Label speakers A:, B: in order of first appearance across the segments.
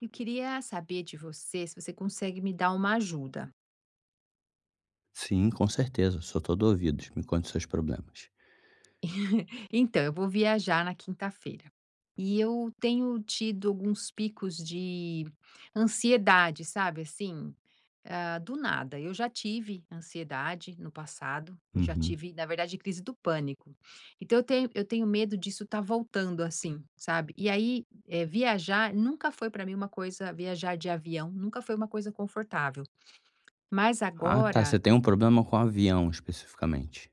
A: Eu queria saber de você se você consegue me dar uma ajuda.
B: Sim, com certeza, sou todo ouvidos. Me conte seus problemas.
A: Então, eu vou viajar na quinta-feira e eu tenho tido alguns picos de ansiedade, sabe assim? Ah, do nada. Eu já tive ansiedade no passado, já
B: Uhum.
A: tive, na verdade, crise do pânico. Então, eu tenho medo disso estar voltando assim, sabe? E aí, viajar nunca foi para mim uma coisa, viajar de avião nunca foi uma coisa confortável. Mas
B: Ah, tá, você
A: agora,
B: tem
A: eu
B: um problema com avião, especificamente?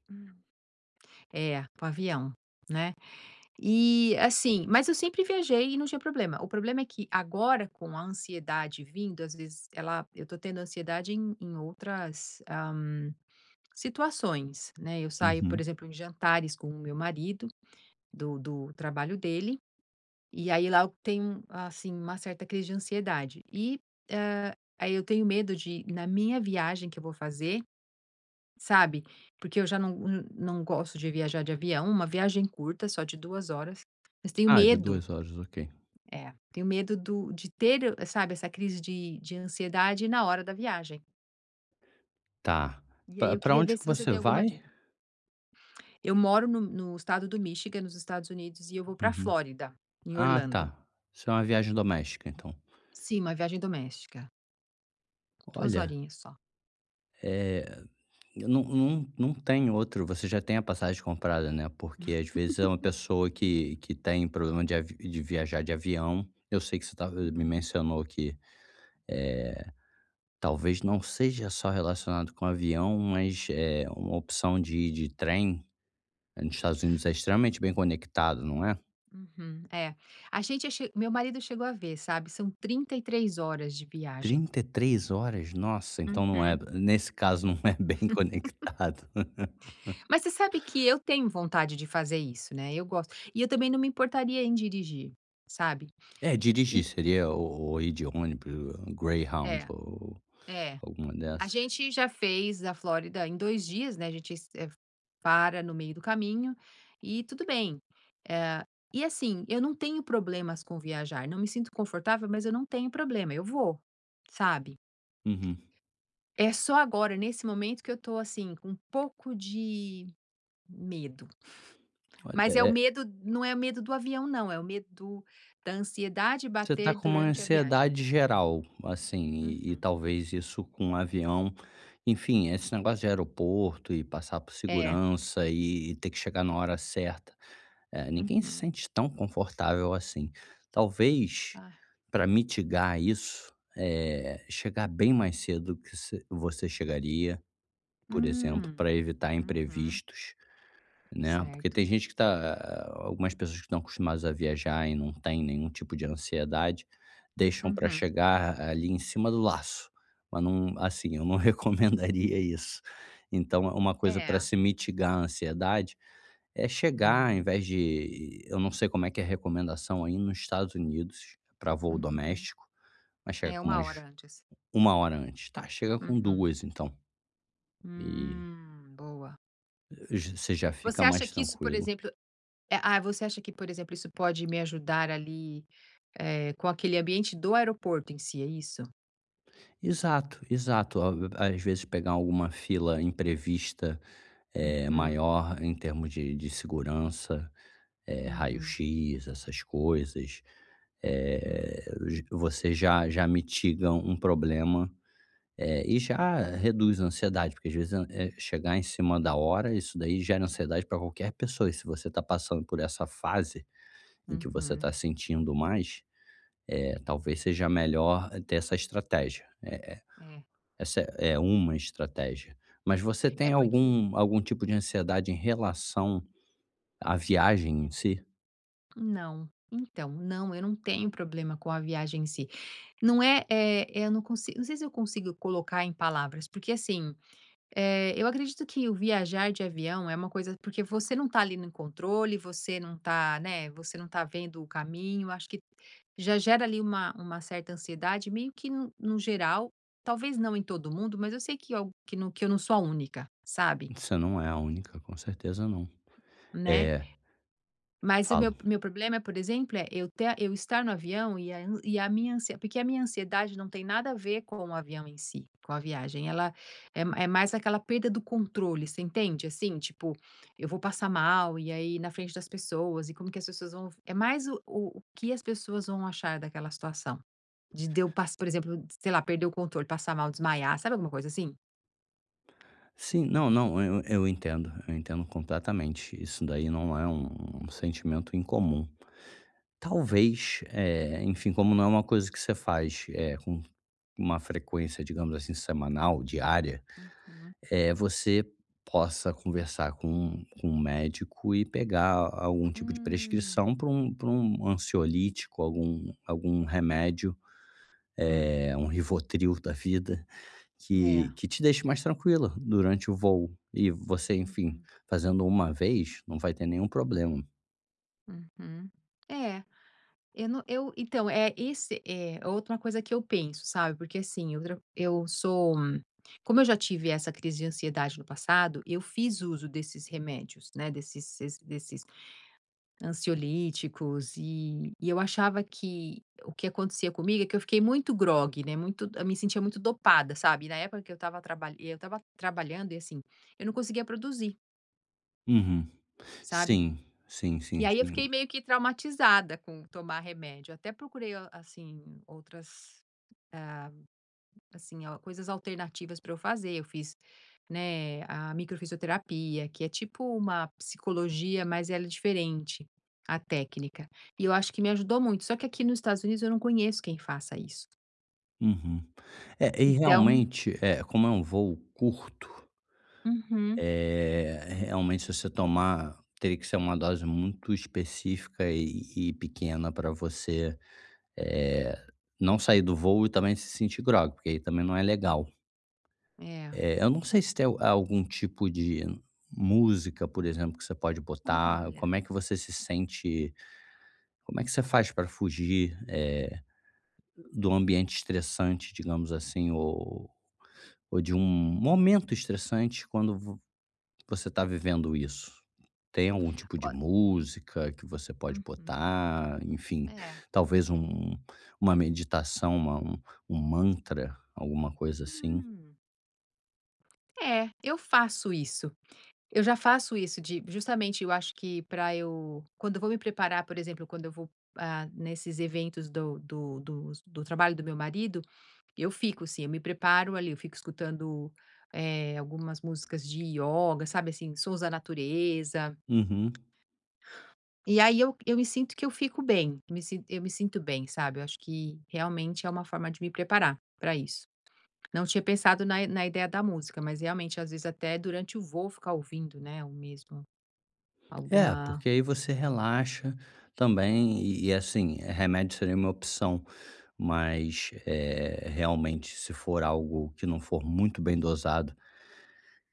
A: É, com avião, né. E, assim, mas eu sempre viajei e não tinha problema. O problema é que agora, com a ansiedade vindo, às vezes ela eu tô tendo ansiedade em outras, situações, né. Eu saio, por
B: Uhum.
A: exemplo, em jantares com o meu marido, do trabalho dele, e aí lá eu tenho, assim, uma certa crise de ansiedade. E, hã, aí eu tenho medo de, na minha viagem que eu vou fazer, sabe, porque eu já não gosto de viajar de avião, uma viagem curta, só de 2 horas, mas tenho
B: Ah, de
A: medo
B: 2 horas, ok.
A: tenho medo do de ter, sabe, essa crise de ansiedade na hora da viagem.
B: Tá.
A: E aí
B: Pa
A: eu
B: pra
A: queria
B: onde
A: ver
B: que
A: se você
B: você
A: tem alguma
B: vai?
A: dica. Eu moro no estado do Michigan, nos Estados Unidos, e eu vou pra
B: Uhum.
A: Flórida, em
B: Ah,
A: Orlando.
B: tá. Isso é uma viagem doméstica, então.
A: Sim, uma viagem doméstica, duas
B: Olha,
A: horinhas só.
B: eh, eu não tem outro, você já tem a passagem comprada, né, porque, às vezes, é uma pessoa que tem problema de viajar de avião. Eu sei que você estava me
A: Uhum,
B: mencionou que, eh talvez não seja só relacionado com avião, mas é uma opção de trem. Nos Estados Unidos é extremamente bem conectado, não é?
A: uhum, é. A gente che Meu marido chegou a ver, sabe, são 33 horas de viagem.
B: 33 horas? Nossa, então não é,
A: Uhum.
B: nesse caso não é bem conectado.
A: Mas você sabe que eu tenho vontade de fazer isso, né, eu gosto. E eu também não me importaria em dirigir, sabe.
B: É, dirigir
A: E
B: seria ou ir de ônibus, Greyhound
A: é,
B: ou
A: é.
B: alguma
A: A
B: dessas.
A: gente já fez a Flórida em 2 dias, né, a gente para no meio do caminho e tudo bem. Eh, e assim, eu não tenho problemas com viajar, não me sinto confortável, mas eu não tenho problema, eu vou, sabe.
B: Uhum.
A: É só agora, nesse momento, que eu tô, assim, com um pouco de medo. Mas é o
B: Olha.
A: medo, não é o medo do avião, não, é o medo da ansiedade
B: Você tá
A: bater
B: com uma
A: durante a viagem.
B: ansiedade geral, assim, e
A: Uhum.
B: talvez isso com um avião, enfim, esse negócio de aeroporto e passar por
A: É.
B: segurança e ter que chegar na hora certa, ninguém se
A: Uhum.
B: sente tão confortável assim. Talvez,
A: Ah,
B: para mitigar isso, eh, chegar bem mais cedo que se você chegaria, por exemplo,
A: hum,
B: para evitar
A: uhum,
B: imprevistos. Né, porque tem
A: certo.
B: gente que algumas pessoas que estão acostumadas a viajar e não tem nenhum tipo de ansiedade, deixam para
A: Uhum.
B: chegar ali em cima do laço, mas não, assim, eu não recomendaria isso. Então, é uma coisa para
A: É.
B: se mitigar a ansiedade: é chegar, ao
A: Hum,
B: invés de, eu não sei como é que é a recomendação aí nos Estados Unidos para voo
A: uhum.
B: doméstico, mas chega
A: É
B: com
A: uma hora antes.
B: uma hora antes. Tá, chega com
A: Uhum.
B: duas, então, e
A: Boa.
B: j você já
A: Você
B: fica
A: acha
B: mais
A: que isso, por
B: tranquilo.
A: exemplo Você acha que, por exemplo, isso pode me ajudar ali, com aquele ambiente do aeroporto em si, é isso?
B: Exato, exato. Ó, às vezes pegar alguma fila imprevista
A: Uhum,
B: maior, em termos de segurança,
A: uhum,
B: raio-x, essas coisas,
A: hum,
B: você já mitiga um problema, e já reduz a ansiedade, porque às vezes, chegar em cima da hora, isso daí gera ansiedade para qualquer pessoa. E se você está passando por essa fase em que você
A: uhum.
B: está sentindo mais, talvez seja melhor ter essa estratégia, né?
A: É.
B: Essa é uma estratégia. Mas você
A: É
B: tem
A: porque
B: algum tipo de ansiedade em relação à viagem em si?
A: Não. Então, não, eu não tenho problema com a viagem em si. Não é, eu não consigo, não sei se eu consigo colocar em palavras, porque assim, eu acredito que o viajar de avião é uma coisa, porque você não tá ali no controle, você não tá, né, você não tá vendo o caminho, acho que já gera ali uma certa ansiedade, meio que no geral, talvez não em todo mundo, mas eu sei que, eu, que, no, que eu não sou a única, sabe?
B: Você não é a única, com certeza não.
A: Né?
B: É,
A: Mas o meu
B: fala.
A: meu problema, é, por exemplo, é eu estar no avião e a an e a minha ansie porque a minha ansiedade não tem nada a ver com o avião em si, com a viagem, ela é é mais aquela perda do controle, você entende? Assim, tipo, eu vou passar mal e aí na frente das pessoas e como que as pessoas vão, é mais o que as pessoas vão achar daquela situação, de eu pass por exemplo, sei lá, perder o controle, passar mal, desmaiar, sabe, alguma coisa assim?
B: Sim, não, não, eu entendo, eu entendo completamente. Isso daí não é um sentimento incomum. Talvez, enfim, como não é uma coisa que você faz, com uma frequência, digamos assim, semanal, diária
A: Uhum.
B: é você possa conversar com um médico e pegar algum tipo de
A: Hum.
B: prescrição, para um pra um ansiolítico, algum remédio,
A: Hum.
B: é um Rivotril da vida, que
A: É.
B: que te deixe mais tranquila durante o voo. E você, enfim,
A: Uhum.
B: fazendo uma vez, não vai ter nenhum problema.
A: Uhum. É. Eu não Eu então, é esse é outra coisa que eu penso, sabe, porque assim, outra eu sou como eu já tive essa crise de ansiedade no passado, eu fiz uso desses remédios, né, desses ansiolíticos e eu achava que o que acontecia comigo é que eu fiquei muito grogue, né, muito, eu me sentia muito dopada, sabe, na época que eu estava trabalhando e assim, eu não conseguia produzir,
B: Uhum.
A: sabe.
B: Sim, sim,
A: E
B: sim,
A: aí eu
B: sim.
A: fiquei meio que traumatizada com tomar remédio, até procurei, assim, outras, ah, assim, al coisas alternativas para eu fazer. Eu fiz, né, a microfisioterapia, que é tipo uma psicologia, mas ela é diferente, a técnica. E eu acho que me ajudou muito, só que aqui nos Estados Unidos eu não conheço quem faça isso.
B: Uhum. É, e
A: Então,
B: realmente, é, como é um voo curto.
A: uhum.
B: É, realmente, se você tomar, teria que ser uma dose muito específica e pequena, para você é, não sair do voo e também se sentir grogue, porque aí também não é legal.
A: É.
B: É, eu não sei se tem algum tipo de música, por exemplo, que você pode botar.
A: Olha,
B: Como é que você se sente? Como é que você faz para fugir do ambiente estressante, digamos assim, ou, de um momento estressante quando você está vivendo isso? Tem algum tipo
A: o
B: de música que você pode
A: uhum.
B: botar? Enfim,
A: É.
B: talvez uma meditação, uma um um mantra, alguma coisa assim?
A: Hum. É, eu faço isso. Eu já faço isso de, justamente, eu acho que para eu, quando eu vou me preparar, por exemplo, quando eu vou, nesses eventos do trabalho do meu marido, eu fico assim, eu me preparo ali, eu fico escutando, algumas músicas de ioga, sabe, assim, sons da natureza.
B: Uhum.
A: E aí eu me sinto que eu fico bem, me sin eu me sinto bem, sabe. Eu acho que realmente é uma forma de me preparar para isso. Não tinha pensado na ideia da música, mas realmente, às vezes, até durante o voo ficar ouvindo, né, o mesmo,
B: É,
A: alguma...
B: porque aí você relaxa também, e, assim, remédio seria uma opção, mas, realmente, se for algo que não for muito bem dosado.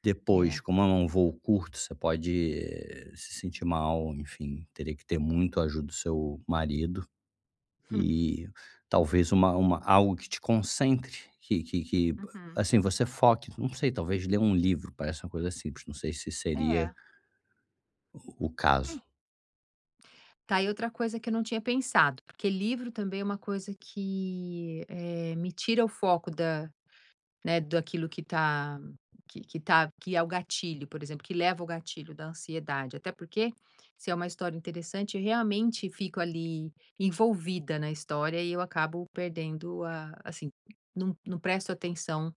B: Depois,
A: É.
B: como é um voo curto, você pode, se sentir mal, enfim, teria que ter muito a ajuda do seu marido,
A: Hum.
B: e talvez uma algo que te concentre, que,
A: Uhum.
B: assim, você foque. Não sei, talvez ler um livro, parece uma coisa simples, não sei se seria
A: É.
B: o caso.
A: Hum. Tá aí outra coisa que eu não tinha pensado, porque livro também é uma coisa que, me tira o foco da, né, daquilo que tá, que tá que é o gatilho, por exemplo, que leva ao gatilho da ansiedade. Até porque, se é uma história interessante, eu realmente fico ali envolvida na história e eu acabo perdendo a, assim, não presto atenção,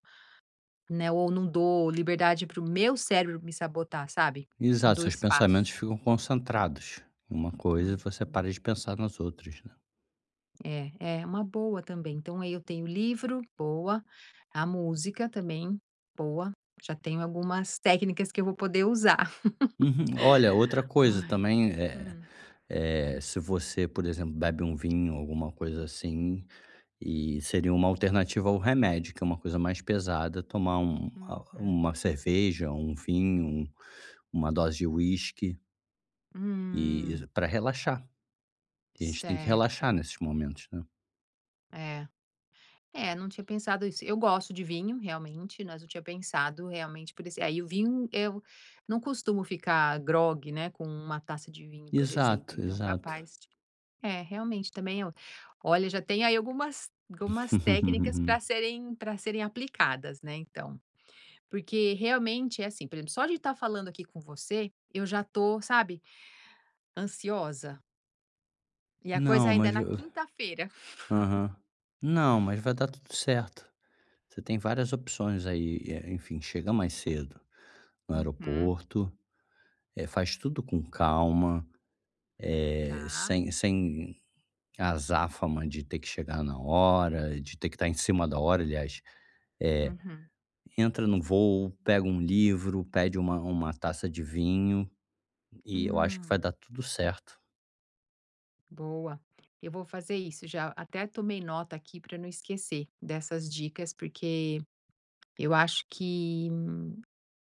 A: né, ou não dou liberdade para o meu cérebro me sabotar, sabe? Não
B: Exato,
A: dou
B: seus pensamentos
A: espaço.
B: ficam concentrados em uma coisa e você
A: Uhum.
B: para de pensar nas outras, né.
A: É uma boa também. Então aí eu tenho livro, boa, a música também, boa. Já tenho algumas técnicas que eu vou poder usar.
B: Uhum. Olha, outra coisa
A: Ai,
B: também,
A: hum,
B: se você, por exemplo, bebe um vinho, alguma coisa assim. E seria uma alternativa ao remédio, que é uma coisa mais pesada: tomar um a
A: uhum.
B: uma cerveja, um vinho, uma dose de uísque, e
A: Hum,
B: para relaxar. E a gente tem que relaxar
A: certo.
B: nesses momentos, né.
A: É. É, não tinha pensado isso. Eu gosto de vinho, realmente, mas não tinha pensado realmente por esse. Aí o vinho, eu não costumo ficar grogue, né, com uma taça de vinho, por exemplo.
B: Exato,
A: Então,
B: exato.
A: capaz É, realmente também eu, olha, já tem aí algumas técnicas para serem aplicadas, né, então. Porque realmente é assim, por exemplo, só de estar falando aqui com você, eu já tô, sabe, ansiosa. E a coisa
B: Não,
A: ainda é
B: mas
A: na
B: eu,
A: quinta-feira.
B: aham. Não, mas vai dar tudo certo. Você tem várias opções aí, enfim, chega mais cedo no
A: Uhum,
B: aeroporto, faz tudo com calma, eh,
A: tá.
B: sem sem a azáfama de ter que chegar na hora, de ter que estar em cima da hora, aliás, eh,
A: Uhum.
B: entra no voo, pega um livro, pede uma taça de vinho, e eu acho que vai dar
A: Hum,
B: tudo certo.
A: boa. Eu vou fazer isso, já até tomei nota aqui para não esquecer dessas dicas, porque eu acho que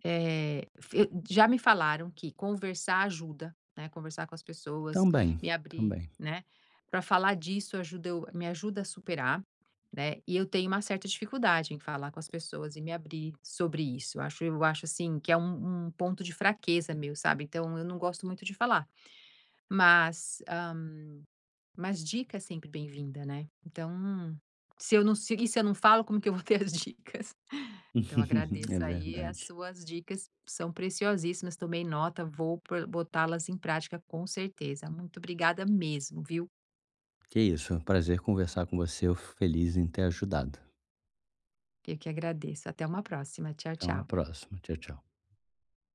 A: Eh, f já me falaram que conversar ajuda, né, conversar com as pessoas,
B: Também,
A: me abrir,
B: também.
A: né, pra falar disso ajuda eu me ajuda a superar, né, e eu tenho uma certa dificuldade em falar com as pessoas e me abrir sobre isso. Eu acho, assim, que é um ponto de fraqueza meu, sabe, então eu não gosto muito de falar, mas, mas dica é sempre bem-vinda, né, então, se eu não falo, como que eu vou ter as dicas? Então
B: É
A: agradeço aí, as
B: verdade.
A: suas dicas são preciosíssimas, tomei nota, vou pro botá-las em prática com certeza. Muito obrigada mesmo, viu.
B: Que isso, é um prazer conversar com você, eu fico feliz em ter ajudado.
A: Eu que agradeço. Até uma próxima. Tchau,
B: Até uma
A: tchau.
B: próxima. Tchau, tchau.